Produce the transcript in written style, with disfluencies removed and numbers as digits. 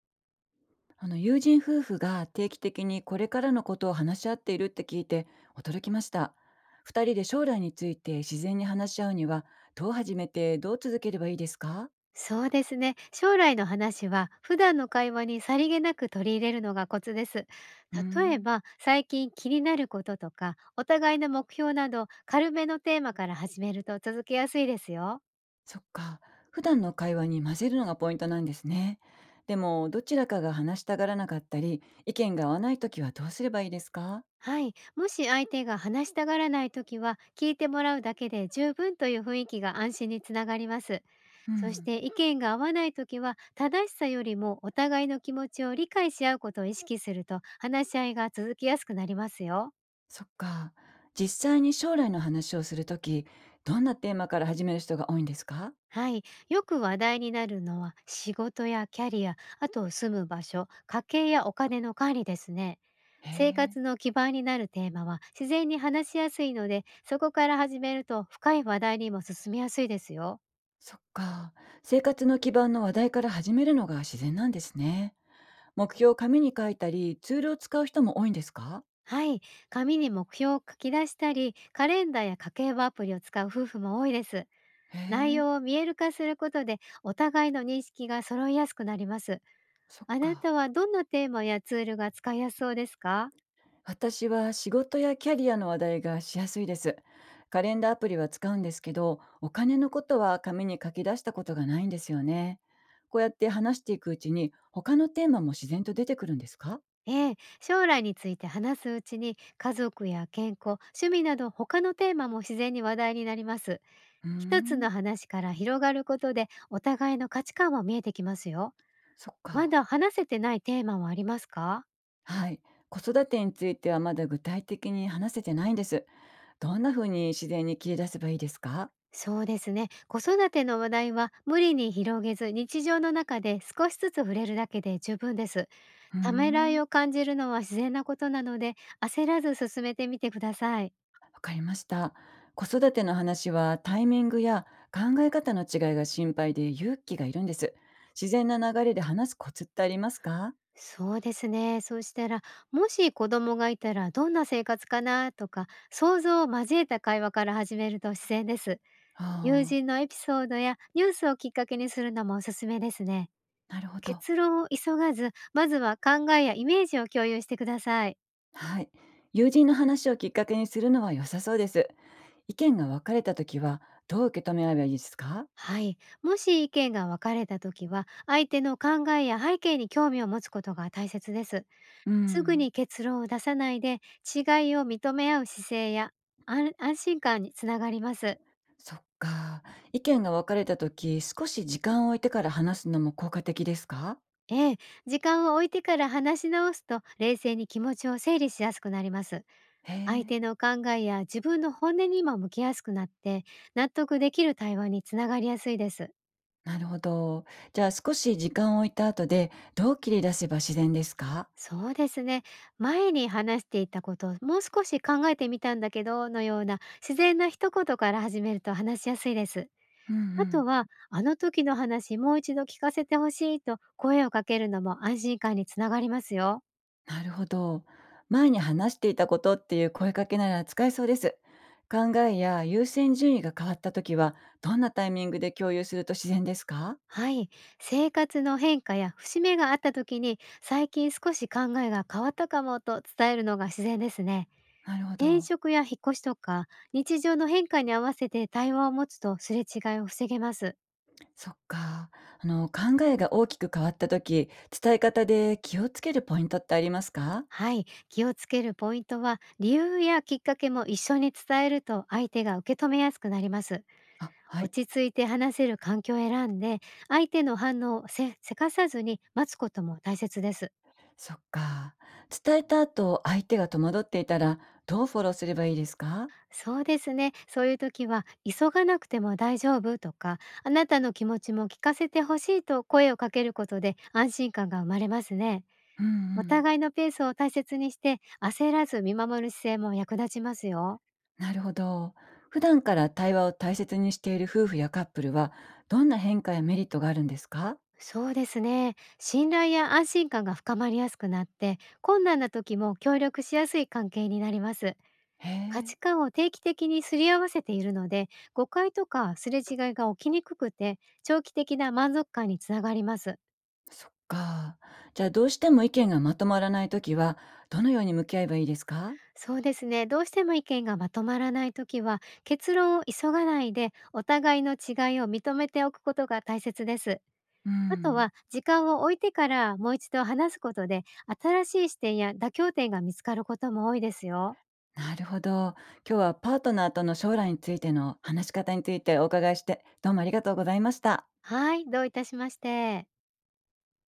あの、友人夫婦が定期的にこれからのことを話し合っているって聞いて驚きました。二人で将来について自然に話し合うには、どう始めて、どう続ければいいですか？そうですね。将来の話は普段の会話にさりげなく取り入れるのがコツです。うー例えん、ば最近気になることとかお互いの目標など、軽めのテーマから始めると続けやすいですよ。そっか。普段の会話に混ぜるのがポイントなんですね。でも、どちらかが話したがらなかったり意見が合わないときはどうすればいいですか？はい。もし相手が話したがらないときは、聞いてもらうだけで十分という雰囲気が安心につながります。うそしん、て意見が合わないときは、正しさよりもお互いの気持ちを理解し合うことを意識すると、話し合いが続きやすくなりますよ。そっか。実際に将来の話をするとき、どんなテーマから始める人が多いんですか？はい。よく話題になるのは仕事やキャリア、あと住む場所、家計やお金の管理ですね。へ生え。活の基盤になるテーマは自然に話しやすいので、そこから始めると深い話題にも進みやすいですよ。そっか。生活の基盤の話題から始めるのが自然なんですね。目標を紙に書いたり、ツールを使う人も多いんですか？はい。紙に目標を書き出したり、カレンダーや家計簿アプリを使う夫婦も多いです。へ内え、容を見える化することで、お互いの認識が揃いやすくなります。そっあなか。たはどんなテーマやツールが使いやすそうですか？私は仕事やキャリアの話題がしやすいです。カレンダーアプリは使うんですけど、お金のことは紙に書き出したことがないんですよね。こうやって話していくうちに、他のテーマも自然と出てくるんですか？ええ、将来について話すうちに、家族や健康、趣味など他のテーマも自然に話題になります。うー一つん、の話から広がることで、お互いの価値観は見えてきますよ。そっまか。だ話せてないテーマはありますか？はい。子育てについてはまだ具体的に話せてないんです。どんな風に自然に切り出せばいいですか？そうですね。子育ての話題は無理に広げず、日常の中で少しずつ触れるだけで十分です。うーためらいん、を感じるのは自然なことなので、焦らず進めてみてください。わかりました。子育ての話はタイミングや考え方の違いが心配で勇気がいるんです。自然な流れで話すコツってありますか？そうですね。そうしたら、もし子供がいたらどんな生活かな、とか、想像を交えた会話から始めると自然です。友ああ、人のエピソードやニュースをきっかけにするのもおすすめですね。なるほど。結論を急がず、まずは考えやイメージを共有してください。はい。友人の話をきっかけにするのは良さそうです。意見が分かれた時はどう受け止めればいいですか？はい。もし意見が分かれた時は、相手の考えや背景に興味を持つことが大切です。うすぐん。に結論を出さないで、違いを認め合う姿勢や安心感につながります。そっか。意見が分かれた時、少し時間を置いてから話すのも効果的ですか？ええ、時間を置いてから話し直すと、冷静に気持ちを整理しやすくなります。へ相え、手の考えや自分の本音にも向きやすくなって、納得できる対話につながりやすいです。なるほど。じゃあ、少し時間を置いた後で、どう切り出せば自然ですか？そうですね。「前に話していたことをもう少し考えてみたんだけど」のような自然な一言から始めると話しやすいです。うんうあとん。は「あの時の話、もう一度聞かせてほしい」と声をかけるのも安心感につながりますよ。なるほど。前に話していたことっていう声かけなら使えそうです。考えや優先順位が変わった時は、どんなタイミングで共有すると自然ですか？はい。生活の変化や節目があった時に、「最近少し考えが変わったかも」と伝えるのが自然ですね。なるほ転ど。職や引っ越しとか、日常の変化に合わせて対話を持つと、すれ違いを防げます。そっか。考えが大きく変わった時、伝え方で気をつけるポイントってありますか？はい。気をつけるポイントは、理由やきっかけも一緒に伝えると相手が受け止めやすくなります。あ、はい。落ち着いて話せる環境を選んで、相手の反応をせせかさずに待つことも大切です。そっか。伝えた後、相手が戸惑っていたら、どうフォローすればいいですか？そうですね。そういう時は、「急がなくても大丈夫」とか、「あなたの気持ちも聞かせてほしい」と声をかけることで、安心感が生まれますね。うんうおん。互いのペースを大切にして、焦らず見守る姿勢も役立ちますよ。なるほど。普段から対話を大切にしている夫婦やカップルは、どんな変化やメリットがあるんですか？そうですね。信頼や安心感が深まりやすくなって、困難な時も協力しやすい関係になります。へ価え、値観を定期的にすり合わせているので、誤解とかすれ違いが起きにくくて、長期的な満足感につながります。そっか。じゃあ、どうしても意見がまとまらないときは、どのように向き合えばいいですか？そうですね。どうしても意見がまとまらないときは、結論を急がないで、お互いの違いを認めておくことが大切です。うあとん。は、時間を置いてからもう一度話すことで、新しい視点や妥協点が見つかることも多いですよ。なるほど。今日はパートナーとの将来についての話し方についてお伺いして、どうもありがとうございました。はい、どういたしまして。